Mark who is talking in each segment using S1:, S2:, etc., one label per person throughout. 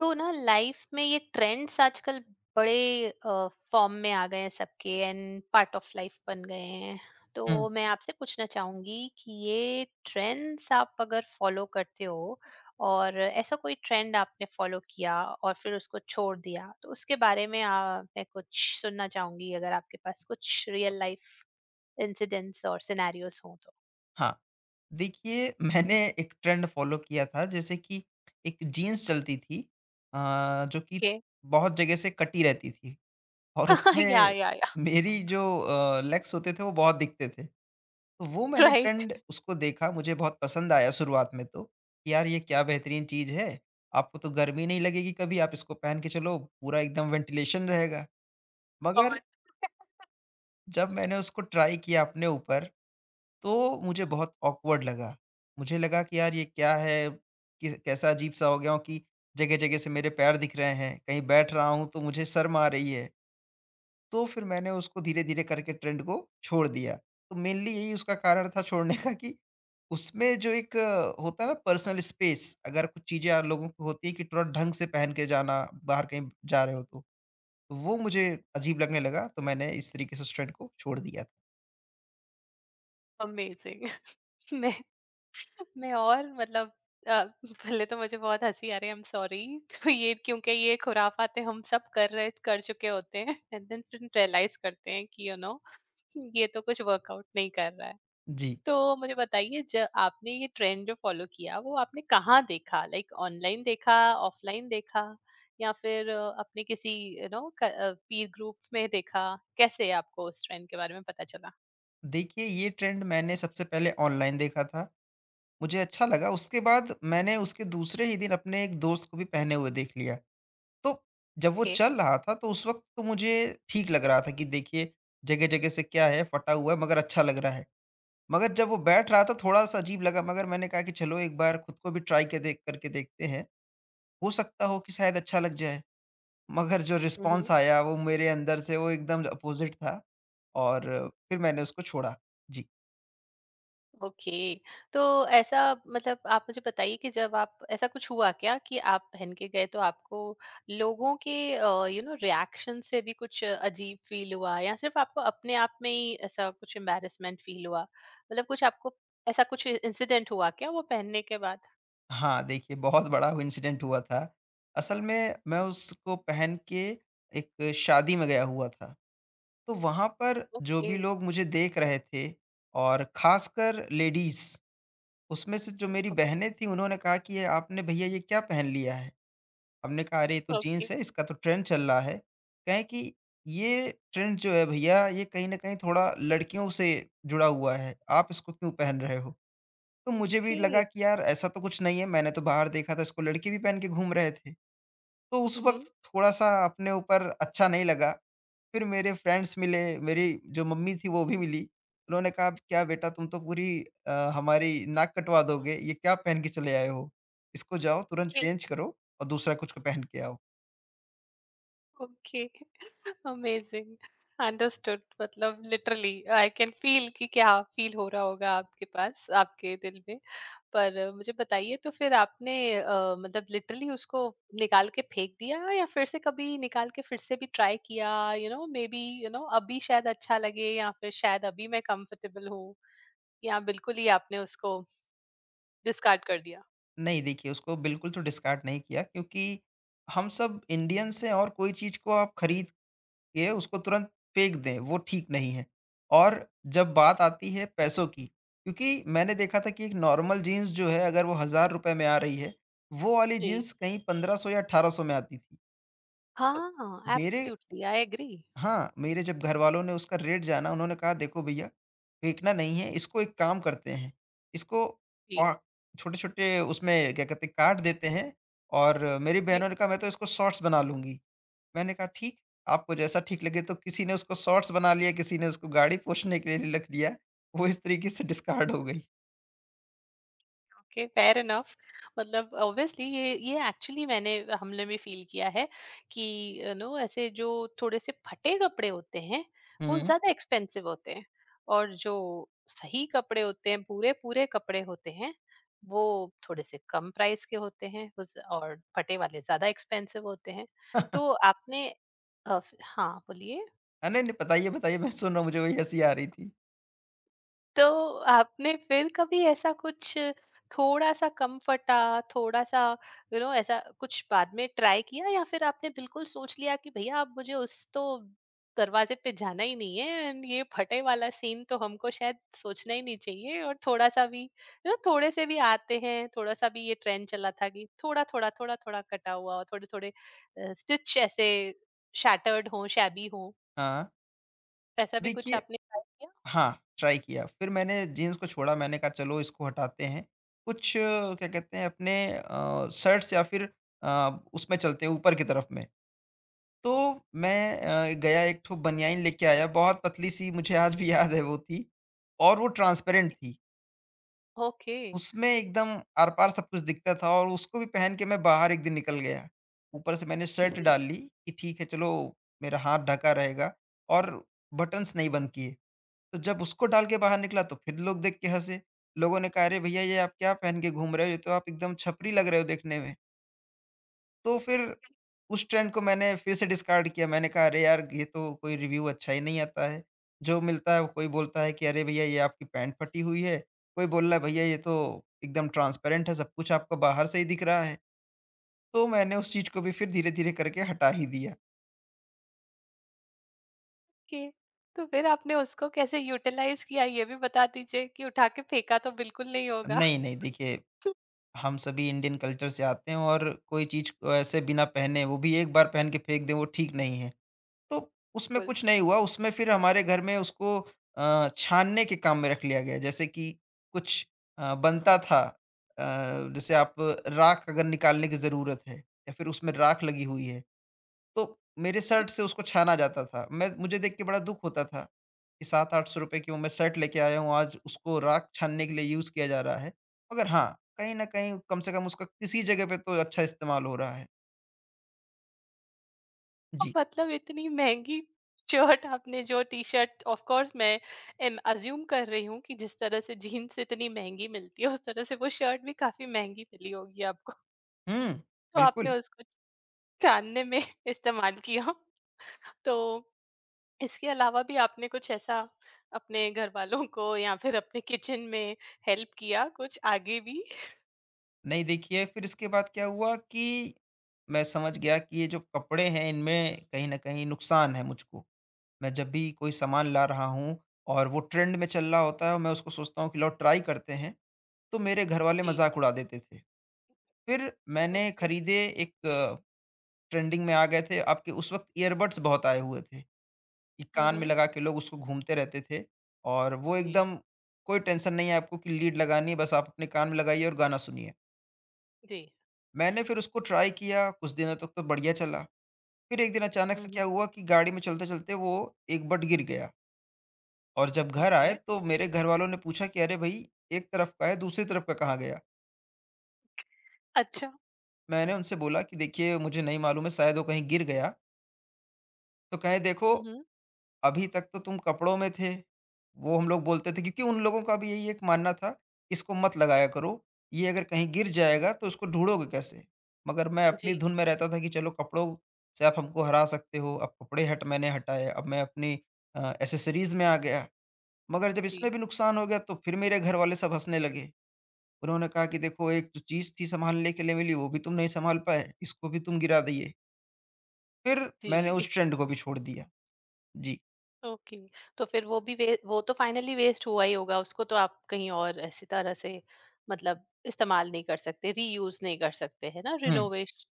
S1: तो ना लाइफ में ये ट्रेंड्स आजकल बड़े फॉर्म में आ गए हैं सबके एंड पार्ट ऑफ लाइफ बन गए हैं।
S2: हुँ।
S1: तो मैं आपसे पूछना चाहूंगी कि ये ट्रेंड्स आप अगर फॉलो करते हो और ऐसा कोई ट्रेंड आपने फॉलो किया और फिर उसको छोड़ दिया तो उसके बारे में मैं कुछ सुनना चाहूंगी, अगर आपके पास कुछ रियल लाइफ इंसिडेंट्स और सिनेरियोस हो तो।
S2: हाँ, देखिए मैंने एक ट्रेंड फ़ॉलो किया था जैसे कि एक जीन्स चलती थी, जो कि
S1: Okay.
S2: बहुत जगह से कटी रहती थी और उसमें
S1: Yeah, yeah, yeah.
S2: मेरी जो लेग्स होते थे वो बहुत दिखते थे। तो वो मैंने
S1: Right.
S2: ट्रेंड उसको देखा, मुझे बहुत पसंद आया शुरुआत में तो, कि यार ये क्या बेहतरीन चीज़ है, आपको तो गर्मी नहीं लगेगी कभी, आप इसको पहन के चलो पूरा एकदम वेंटिलेशन रहेगा। मगर
S1: गॉड।
S2: जब मैंने उसको ट्राई किया अपने ऊपर, तो मुझे बहुत ऑकवर्ड लगा। मुझे लगा कि यार ये क्या है? कि कैसा अजीब-सा हो गया हूँ कि जगह-जगह से मेरे पैर दिख रहे हैं, कहीं बैठ रहा हूँ तो मुझे शर्म आ रही है। तो फिर मैंने उसको धीरे-धीरे करके ट्रेंड को छोड़ दिया। तो मेनली यही उसका कारण था छोड़ने का कि उसमें जो एक होता है ना पर्सनल स्पेस, अगर कुछ चीज़ें आप लोगों को होती है कि थोड़ा ढंग से पहन के जाना, बाहर कहीं जा रहे हो तो। तो वो मुझे अजीब लगने लगा, तो मैंने इस तरीके से उस ट्रेंड को छोड़ दिया था।
S1: अमेजिंग। मैं और मतलब अ, पहले तो मुझे बहुत हँसी आ रही है, आई एम सॉरी। तो ये क्योंकि ये खुराफाते हम सब कर चुके होते हैं। एंड देन फिर रियलाइज करते हैं कि यू you नो know, ये तो कुछ वर्कआउट नहीं कर रहा है।
S2: जी।
S1: तो मुझे बताइए, जब आपने ये ट्रेंड जो फॉलो किया वो आपने कहाँ देखा, लाइक ऑनलाइन देखा, ऑफलाइन देखा या फिर अपने किसी यू नो पीर ग्रुप में देखा, कैसे आपको उस ट्रेंड के बारे में पता चला?
S2: देखिए, ये ट्रेंड मैंने सबसे पहले ऑनलाइन देखा था। मुझे अच्छा लगा, उसके बाद मैंने उसके दूसरे ही दिन अपने एक दोस्त को भी पहने हुए देख लिया। तो जब वो
S1: ओके।
S2: चल रहा था, तो उस वक़्त तो मुझे ठीक लग रहा था कि देखिए, जगह-जगह से क्या है, फटा हुआ है, मगर अच्छा लग रहा है। मगर जब वो बैठ रहा था, थोड़ा-सा अजीब लगा, मगर मैंने कहा कि चलो एक बार खुद को भी ट्राई के देख करके देखते हैं। हो सकता हो कि शायद अच्छा लग जाए। मगर जो
S1: हुँ।
S2: रिस्पॉन्स आया, वो मेरे अंदर से वो एकदम अपोज़िट था, और फिर मैंने उसको छोड़ा। जी।
S1: ओके, तो ऐसा मतलब आप मुझे बताइए कि जब आप ऐसा कुछ हुआ क्या कि आप पहन के गए तो आपको लोगों के यू नो रिएक्शन से भी कुछ अजीब फ़ील हुआ या सिर्फ़ आपको अपने आप में ही ऐसा कुछ एम्बैरेसमेंट फ़ील हुआ? मतलब कुछ आपको ऐसा कुछ इंसिडेंट हुआ क्या वो पहनने के बाद?
S2: हाँ, देखिए बहुत बड़ा वो इंसिडेंट हुआ था। असल में मैं उसको पहन के एक शादी में गया हुआ था। तो वहाँ पर जो
S1: ओके।
S2: भी लोग मुझे देख रहे थे, और ख़ासकर लेडीज़, उसमें से जो मेरी
S1: ओके।
S2: बहनें थीं उन्होंने कहा कि ये आपने भैया ये क्या पहन लिया है? हमने कहा अरे ये तो
S1: ओके।
S2: जीन्स है, इसका तो ट्रेंड चल रहा है। कहें कि ये ट्रेंड जो है भैया ये कहीं न कहीं थोड़ा लड़कियों से जुड़ा हुआ है, आप इसको क्यों पहन रहे हो? तो मुझे भी
S1: ओके।
S2: लगा कि यार ऐसा तो कुछ नहीं है, मैंने तो बाहर देखा था इसको लड़के भी पहन के घूम रहे थे। तो उस
S1: हुँ, हुँ।
S2: वक़्त थोड़ा-सा अपने ऊपर अच्छा नहीं लगा, फिर मेरे फ्रेंड्स मिले, मेरी जो मम्मी थी वो भी मिली। उन्होंने कहा, "क्या बेटा तुम तो पूरी हमारी नाक कटवा दोगे, ये क्या पहन के चले आए हो? इसको जाओ तुरंत चेंज करो और दूसरा कुछ को पहन के आओ।"
S1: ओके। अमेजिंग। अंडरस्टूड, मतलब लिटरली आई कैन फील कि क्या फील हो रहा होगा आपके पास आपके दिल में। पर मुझे बताइए, तो फिर आपने मतलब लिटरली उसको निकाल के फेंक दिया या फिर से कभी निकाल के फिर से भी ट्राई किया, you know maybe you know अभी शायद अच्छा लगे या फिर शायद अभी मैं कंफर्टेबल हूँ, या बिल्कुल ही आपने उसको डिस्कार्ड कर दिया?
S2: नहीं देखिए उसको बिल्कुल तो डिस्कार्ड नहीं किया, क्योंकि हम सब इंडियंस हैं और कोई चीज़ को आप खरीद के उसको तुरंत फेंक दें, वो ठीक नहीं है। और जब
S1: जी।
S2: बात आती है पैसों की, क्योंकि मैंने देखा था कि एक नॉर्मल जीन्स जो है अगर वो ₹1000 में आ रही है, वो वाली
S1: जी।
S2: जीन्स कहीं 1500 या 1800 में आती थी। तो
S1: हाँ,
S2: मेरे
S1: एब्सोल्युटली आई एग्री।
S2: हाँ, मेरे जब घरवालों ने उसका रेट जाना उन्होंने कहा देखो भैया, फेंकना नहीं है इसको, एक काम करते हैं, इसको औ छोटे-छोटे उसमें क्या कहते हैं काट देते हैं, और मेरी
S1: जी।
S2: बहनों ने कहा मैं तो इसको शॉर्ट्स बना लूँगी। मैंने कहा, "ठीक, आपको जैसा ठीक लगे।" तो किसी ने उसको शॉर्ट्स बना लिया, किसी ने उसको गाड़ी पोंछने के लिए रख लिया। वो इस तरीके से डिस्कार्ड हो गई।
S1: Okay, fair enough. मतलब ऑब्वियसली ये एक्चुअली मैंने हमले में फील किया है कि यू नो ऐसे जो थोड़े से फटे कपड़े होते हैं वो
S2: हुँ।
S1: ज्यादा एक्सपेंसिव होते हैं, और जो सही कपड़े होते हैं, पूरे पूरे कपड़े होते हैं, वो थोड़े से कम प्राइस के होते हैं और फटे वाले ज्यादा एक्सपेंसिव होते हैं। तो आपने हाँ बोलिए।
S2: हाँ, नहीं, नहीं, बताइए, बताइए, मैं सुन रहा हूँ, मुझे वही हँसी आ रही थी।
S1: तो आपने फिर कभी ऐसा कुछ थोड़ा-सा कम फटा, थोड़ा-सा यू नो ऐसा कुछ बाद में ट्राई किया, या फिर आपने बिल्कुल सोच लिया कि भैया अब मुझे उस तो दरवाजे पे जाना ही नहीं है, एंड ये फटे वाला सीन तो हमको शायद सोचना ही नहीं चाहिए, और थोड़ा-सा भी यू नो थोड़े से भी आते हैं, थोड़ा-सा भी ये ट्रेंड चला था कि थोड़ा-थोड़ा, थोड़ा-थोड़ा कटा हुआ और थोड़े-थोड़े स्टिच ऐसे शैटर्ड हों, शैबी हों,
S2: हाँ।
S1: ऐसा भी कुछ
S2: देखिए,
S1: आपने ट्राई किया?
S2: हाँ, ट्राई किया। फिर मैंने जीन्स को छोड़ा, मैंने कहा, "चलो, इसको हटाते हैं। कुछ क्या कहते हैं अपने शर्ट्स या फिर उसमें चलते हैं, ऊपर की तरफ में।" तो मैं गया, एक ठो बनियान लेके आया, बहुत पतली-सी, मुझे आज भी याद है वो थी, और वो ट्रांसपेरेंट थी।
S1: ओके।
S2: उसमें एकदम आर-पार सब कुछ दिखता था, और उसको भी पहन के मैं बाहर एक दिन निकल गया। ऊपर से मैंने शर्ट डाल ली कि ठीक है चलो मेरा हाथ ढका रहेगा, और बटन्स नहीं बंद किए। तो जब उसको डाल के बाहर निकला तो फिर लोग देख के हँसे। लोगों ने कहा, "अरे भैया ये आप क्या पहन के घूम रहे हो? ये तो आप एकदम छपरी लग रहे हो देखने में।" तो फिर उस ट्रेंड को मैंने फिर से डिस्कार्ड किया। मैंने कहा, "अरे यार! ये तो कोई रिव्यू अच्छा ही नहीं आता है। जो मिलता है कोई बोलता है कि अरे भैया ये आपकी पैंट फटी हुई है। कोई बोल रहा है भैया ये तो एकदम ट्रांसपेरेंट है, सब कुछ आपको बाहर से ही दिख रहा है।" तो मैंने उस चीज़ को भी फिर धीरे-धीरे करके हटा ही दिया।
S1: ओके, तो फिर आपने उसको कैसे यूटिलाइज किया ये भी बता दीजिए, कि उठा के फेंका तो बिल्कुल नहीं होगा।
S2: नहीं, नहीं देखिए हम सभी इंडियन कल्चर से आते हैं, और कोई चीज़ को ऐसे बिना पहने वो भी एक बार पहन के फेंक दें, वो ठीक नहीं है। तो उसमें
S1: बिल्कुल।
S2: कुछ नहीं हुआ, उसमें फिर हमारे घर में उसको छानने के काम में रख लिया गया। जैसे कि कुछ बनता था, अ, जैसे आप राख अगर निकालने की ज़रूरत है या फिर उसमें राख लगी हुई है, तो मेरे शर्ट
S1: इतना।
S2: से उसको छाना जाता था। मैं, मुझे देख के बड़ा दुःख होता था कि 700-800 रुपए की वो मैं शर्ट लेके आया हूँ, आज उसको राख छानने के लिए यूज़ किया जा रहा है। मगर हाँ, कहीं न कहीं कम से कम उसका किसी जगह पे तो अच्छा इस्तेमाल हो रहा है। जी।
S1: मतलब इतनी महंगी शर्ट, आपने जो टी शर्ट, ऑफ कोर्स मैं अज्यूम कर रही हूँ कि जिस तरह से जीन्स इतनी महंगी मिलती है उस तरह से वो शर्ट भी काफी महंगी मिली होगी आपको,
S2: हुँ,
S1: तो आपने
S2: बिल्कुल।
S1: उसको छानने में इस्तेमाल किया। तो इसके अलावा भी आपने कुछ ऐसा अपने घर वालों को या फिर अपने किचन में हेल्प किया कुछ आगे भी?
S2: नहीं देखिए फिर इसके बाद क्या हुआ कि मैं समझ गया कि ये जो कपड़े हैं इनमें कहीं न कहीं नुकसान है मुझको। मैं जब भी कोई सामान ला रहा हूँ और वो ट्रेंड में चल रहा होता है और मैं उसको सोचता हूँ कि लाओ ट्राई करते हैं, तो मेरे घरवाले मज़ाक उड़ा देते थे। फिर मैंने
S1: जी।
S2: खरीदे एक, ट्रेंडिंग में आ गए थे आपके उस वक़्त ईयरबड्स बहुत आए हुए थे, कि
S1: हुँ,
S2: कान में
S1: हुँ।
S2: लगा के लोग उसको घूमते रहते थे, और वो
S1: जी,
S2: एकदम कोई टेंशन नहीं है आपको कि लीड लगानी है, बस आप अपने कान में लगाइए और गाना सुनिए।
S1: जी।
S2: मैंने फिर उसको ट्राई किया, कुछ दिनों तक तो बढ़िया चला। फिर एक दिन अचानक
S1: हुँ,
S2: से
S1: हुँ।
S2: क्या हुआ कि गाड़ी में चलते-चलते वो एक बट गिर गया, और जब घर
S1: ओके।
S2: आए तो मेरे घरवालों ने पूछा कि अरे भई! एक तरफ का है, दूसरी तरफ का कहाँ गया? तो
S1: अच्छा।
S2: मैंने उनसे बोला कि देखिए मुझे नहीं मालूम है, शायद वो कहीं गिर गया। तो कहें देखो
S1: हुँ, हुँ।
S2: अभी तक तो तुम कपड़ों में थे। वो हम लोग बोलते थे क्योंकि उन लोगों का भी यही एक मानना था, इसको मत लगाया करो, ये अगर कहीं गिर जाएगा तो उसको ढूँढोगे कैसे? मगर मैं अपनी
S1: जी,
S2: धुन में रहता था कि चलो कपड़ों से आप हमको हरा सकते हो, अब कपड़े हट मैंने हटाए, अब मैं अपनी एक्सेसरीज़ में आ गया। मगर जब
S1: जी,
S2: इसमें भी नुकसान हो गया तो फिर मेरे घरवाले सब हँसने लगे। उन्होंने कहा कि देखो एक जो चीज़ थी सँभालने के लिए मिली वो भी तुम नहीं सँभाल पाए, इसको भी तुम गिरा दिए। फिर मैंने
S1: जी।
S2: उस ट्रेंड को भी छोड़ दिया। जी।
S1: ओके, तो फिर वो भी वे वो तो फाइनली वेस्ट हुआ ही होगा, उसको तो आप कहीं और ऐसी तरह से मतलब इस्तेमाल नहीं कर सकते, रीयूज़ नहीं कर सकते, है ना?
S2: हुँ।
S1: रिनोवेश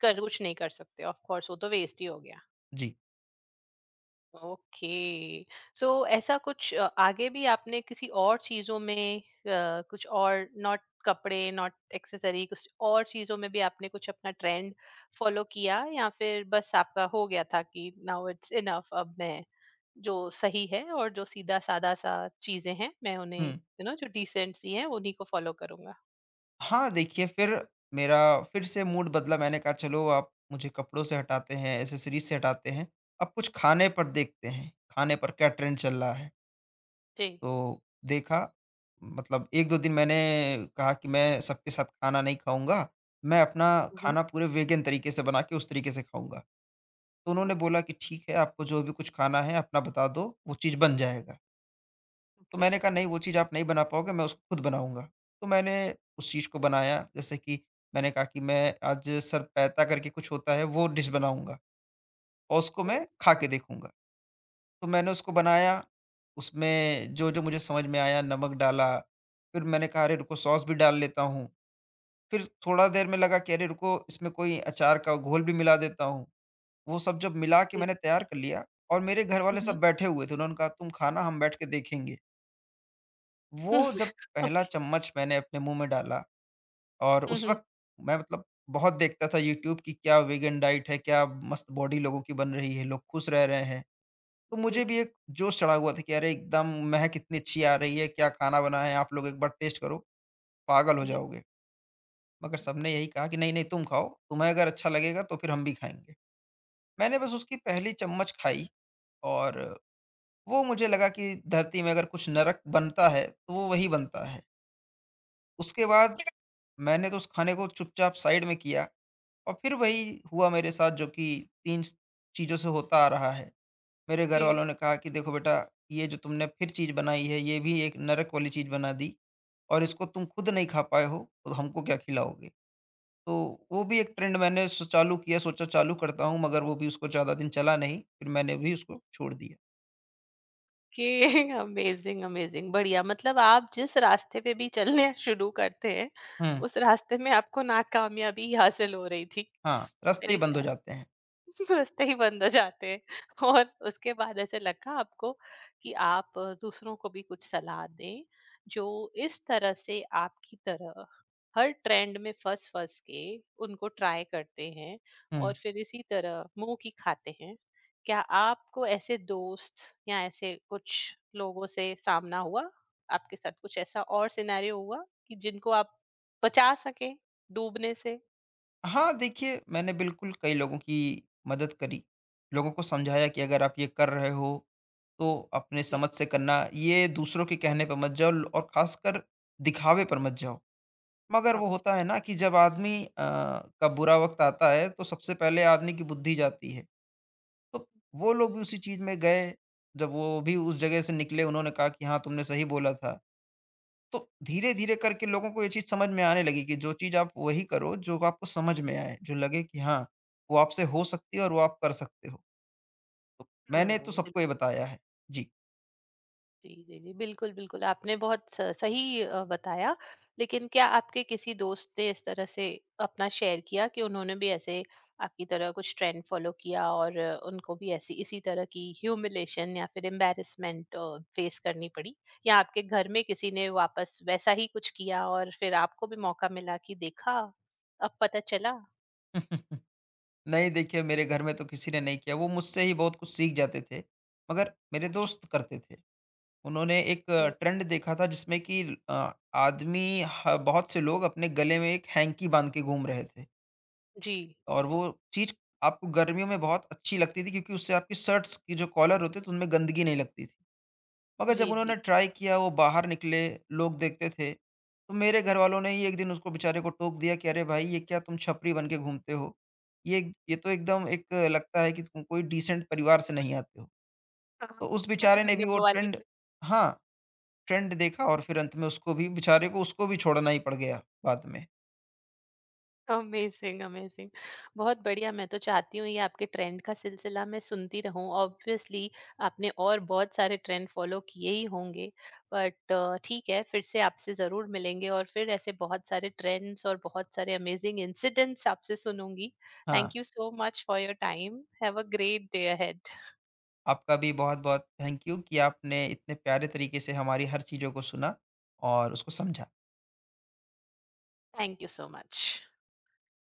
S1: कर कुछ नहीं कर सकते, ऑफ़ कोर्स वो तो वेस्ट ही हो गया।
S2: जी।
S1: ओके। सो ऐसा कुछ आगे भी आपने किसी और चीजों में कुछ और नॉट कपड़े नॉट एक्सेसरी कुछ और चीजों में भी आपने कुछ अपना ट्रेंड फॉलो किया, या फिर बस आपका हो गया था कि नाउ इट्स इनफ, अब मैं जो सही है और जो सीधा सादा सा चीजें हैं मैं उन्हें
S2: हुँ।
S1: यू नो जो डिसेंट सी हैं उन्हीं को फॉलो करूंगा?
S2: हाँ, देखिए फिर मेरा फिर से मूड बदला, मैंने कहा चलो आप मुझे कपड़ों से हटाते हैं, एक्सेसरीज़ से हटाते हैं, अब कुछ खाने पर देखते हैं, खाने पर क्या ट्रेंड चल रहा है।
S1: जी।
S2: तो देखा मतलब 1-2 दिन मैंने कहा कि मैं सबके साथ खाना नहीं खाऊँगा, मैं अपना
S1: हम्म।
S2: खाना पूरे वेगन तरीके से बना के उस तरीके से खाऊँगा। तो उन्होंने बोला कि ठीक है आपको जो भी कुछ खाना है अपना बता दो, वो चीज़ बन जाएगा। तो
S1: ओके।
S2: मैंने कहा नहीं वो चीज़ आप नहीं बना पाओगे, मैं उसको खुद बनाऊँगा। तो मैंने उस चीज़ को बनाया जैसे कि मैंने कहा कि मैं आज सरपैता करके कुछ होता है वो डिश बनाऊँगा, और उसको
S1: हाँ।
S2: मैं खा के देखूँगा। तो मैंने उसको बनाया, उसमें जो-जो मुझे समझ में आया नमक डाला, फिर मैंने कहा अरे रुको सॉस भी डाल लेता हूँ। फिर थोड़ा देर में लगा कि अरे रुको इसमें कोई अचार का घोल भी मिला देता हूँ। वो सब जब मिला के
S1: जी।
S2: मैंने तैयार कर लिया, और मेरे घर वाले
S1: हम्म।
S2: सब बैठे हुए थे। उन्होंने कहा तुम खाना हम बैठ के देखेंगे। वो जब पहला
S1: ओके।
S2: चम्मच मैंने अपने मुँह में डाला, और उस
S1: हम्म।
S2: वक़्त मैं मतलब बहुत देखता था यूट्यूब की क्या वीगन डाइट है, क्या मस्त बॉडी लोगों की बन रही है, लोग खुश रह रहे हैं। तो
S1: जी।
S2: मुझे भी एक जोश चढ़ा हुआ था कि अरे एकदम महक इतनी अच्छी आ रही है, क्या खाना बना है, आप लोग एक बार टेस्ट करो, पागल हो
S1: जी।
S2: जाओगे। मगर सबने यही कहा कि नहीं-नहीं तुम खाओ, तुम्हें अगर अच्छा लगेगा तो फिर हम भी खाएँगे। मैंने बस उसकी पहली चम्मच खाई, और वो मुझे लगा कि धरती में अगर कुछ नरक बनता है, तो वो वही बनता है। उसके बाद मैंने तो उस खाने को चुपचाप साइड में किया, और फिर वही हुआ मेरे साथ जो कि 3 स चीज़ों से होता आ रहा है। मेरे घर
S1: जी।
S2: वालों ने कहा कि देखो बेटा ये जो तुमने फिर चीज़ बनाई है ये भी एक नरक वाली चीज़ बना दी, और इसको तुम खुद नहीं खा पाए हो, तो हमको क्या खिलाओगे? तो वो भी एक ट्रेंड मैंने स चालू किया, सोचा चालू करता हूँ, मगर वो भी उसको ज़्यादा दिन चला नहीं, फिर मैंने भी उसको छोड़ दिया।
S1: ओके। अमेजिंग, अमेजिंग, बढ़िया। मतलब आप जिस रास्ते पे भी चलने शुरू करते हैं
S2: हुँ,
S1: उस रास्ते में आपको नाकामयाबी ही हासिल हो रही थी।
S2: हाँ, रास्ते ही
S1: वेरी
S2: बंद हो
S1: सैड।
S2: जाते हैं।
S1: रास्ते ही बंद हो जाते हैं। और उसके बाद ऐसे लगा आपको कि आप दूसरों को भी कुछ सलाह दें, जो इस तरह से आपकी तरह हर ट्रेंड में फंस फंस के उनको ट्राई करते हैं
S2: हुँ।
S1: और फिर इसी तरह मुंह की खाते हैं। क्या आपको ऐसे दोस्त या ऐसे कुछ लोगों से सामना हुआ, आपके साथ कुछ ऐसा और सिनेरियो हुआ कि जिनको आप बचा सके डूबने से?
S2: हाँ, देखिए मैंने बिल्कुल कई लोगों की मदद करी। लोगों को समझाया कि अगर आप ये कर रहे हो, तो अपने
S1: जी।
S2: समझ से करना, ये दूसरों के कहने पे मत जाओ, और ख़ासकर दिखावे पर मत जाओ। मगर
S1: आप।
S2: वो होता है ना कि जब आदमी का बुरा वक़्त आता है, तो सबसे पहले आदमी की बुद्धि जाती है। तो वो लोग भी उसी चीज़ में गए, जब वो भी उस जगह से निकले उन्होंने कहा कि हाँ, तुमने सही बोला था। तो धीरे-धीरे करके लोगों को ये चीज़ समझ में आने लगी कि जो चीज़ आप वही करो जो आपको समझ में आए, जो लगे कि हाँ, वो आपसे हो सकती है और वो आप कर सकते हो। तो मैंने तो
S1: हम्म।
S2: सबको ये बताया है। जी।
S1: जी, जी, जी। बिल्कुल, बिल्कुल, आपने बहुत स सही बताया, लेकिन क्या आपके किसी दोस्त ने इस तरह से अपना शेयर किया कि उन्होंने भी ऐसे आपकी तरह कुछ ट्रेंड फ़ॉलो किया और उनको भी ऐसी इसी तरह की ह्यूमिलिएशन या फिर एम्बैरेसमेंट फ़ेस करनी पड़ी? या आपके घर में किसी ने वापस वैसा ही कुछ किया और फिर आपको भी मौका मिला कि देखा, अब पता चला?
S2: नहीं देखिए मेरे घर में तो किसी ने नहीं किया, वो मुझसे ही बहुत कुछ सीख जाते थे, मगर मेरे
S1: जी,
S2: दोस्त करते थे। उन्होंने एक ट्रेंड देखा था जिसमें कि आदमी ह बहुत से लोग अपने गले में एक हैंकी बाँध के घूम रहे थे।
S1: जी,
S2: और वो चीज़ आपको गर्मियों में बहुत अच्छी लगती थी क्योंकि उससे आपकी शर्ट्स की जो कॉलर होते थे उनमें गंदगी नहीं लगती थी। मगर जब
S1: जी,
S2: उन्होंने
S1: जी।
S2: ट्राई किया वो बाहर निकले, लोग देखते थे, तो मेरे घरवालों ने ही एक दिन उसको बेचारे को टोक दिया कि अरे भाई ये क्या तुम छपरी बन के घूमते हो? ये ये तो एकदम एक लगता है कि तुम कोई डिसेंट परिवार से नहीं आते हो।
S1: हाँ।
S2: तो उस
S1: कैसी
S2: बेचारे ने
S1: गुंडे
S2: भी वो
S1: बवाली।
S2: ट्रेंड, हाँ, ट्रेंड देखा, और फिर अंत में उसको भी बेचारे को उसको भी छोड़ना ही पड़ गया बाद में।
S1: अमेजिंग, अमेजिंग, बहुत बढ़िया। मैं तो चाहती हूँ ये आपके ट्रेंड का सिलसिला मैं सुनती रहूं। ऑब्वियसली आपने और बहुत सारे ट्रेंड फॉलो किए ही होंगे, बट ठीक है, फिर से आपसे ज़रूर मिलेंगे और फिर ऐसे बहुत सारे ट्रेंड्स और बहुत सारे अमेजिंग इंसिडेंट्स आपसे सुनूंगी।
S2: हाँ।
S1: Thank you so much for your time, have a great day ahead.
S2: आपका भी बहुत-बहुत थैंक यू कि आपने इतने प्यारे तरीके से हमारी हर चीज़ों को सुना और उसको समझा।
S1: Thank you so much.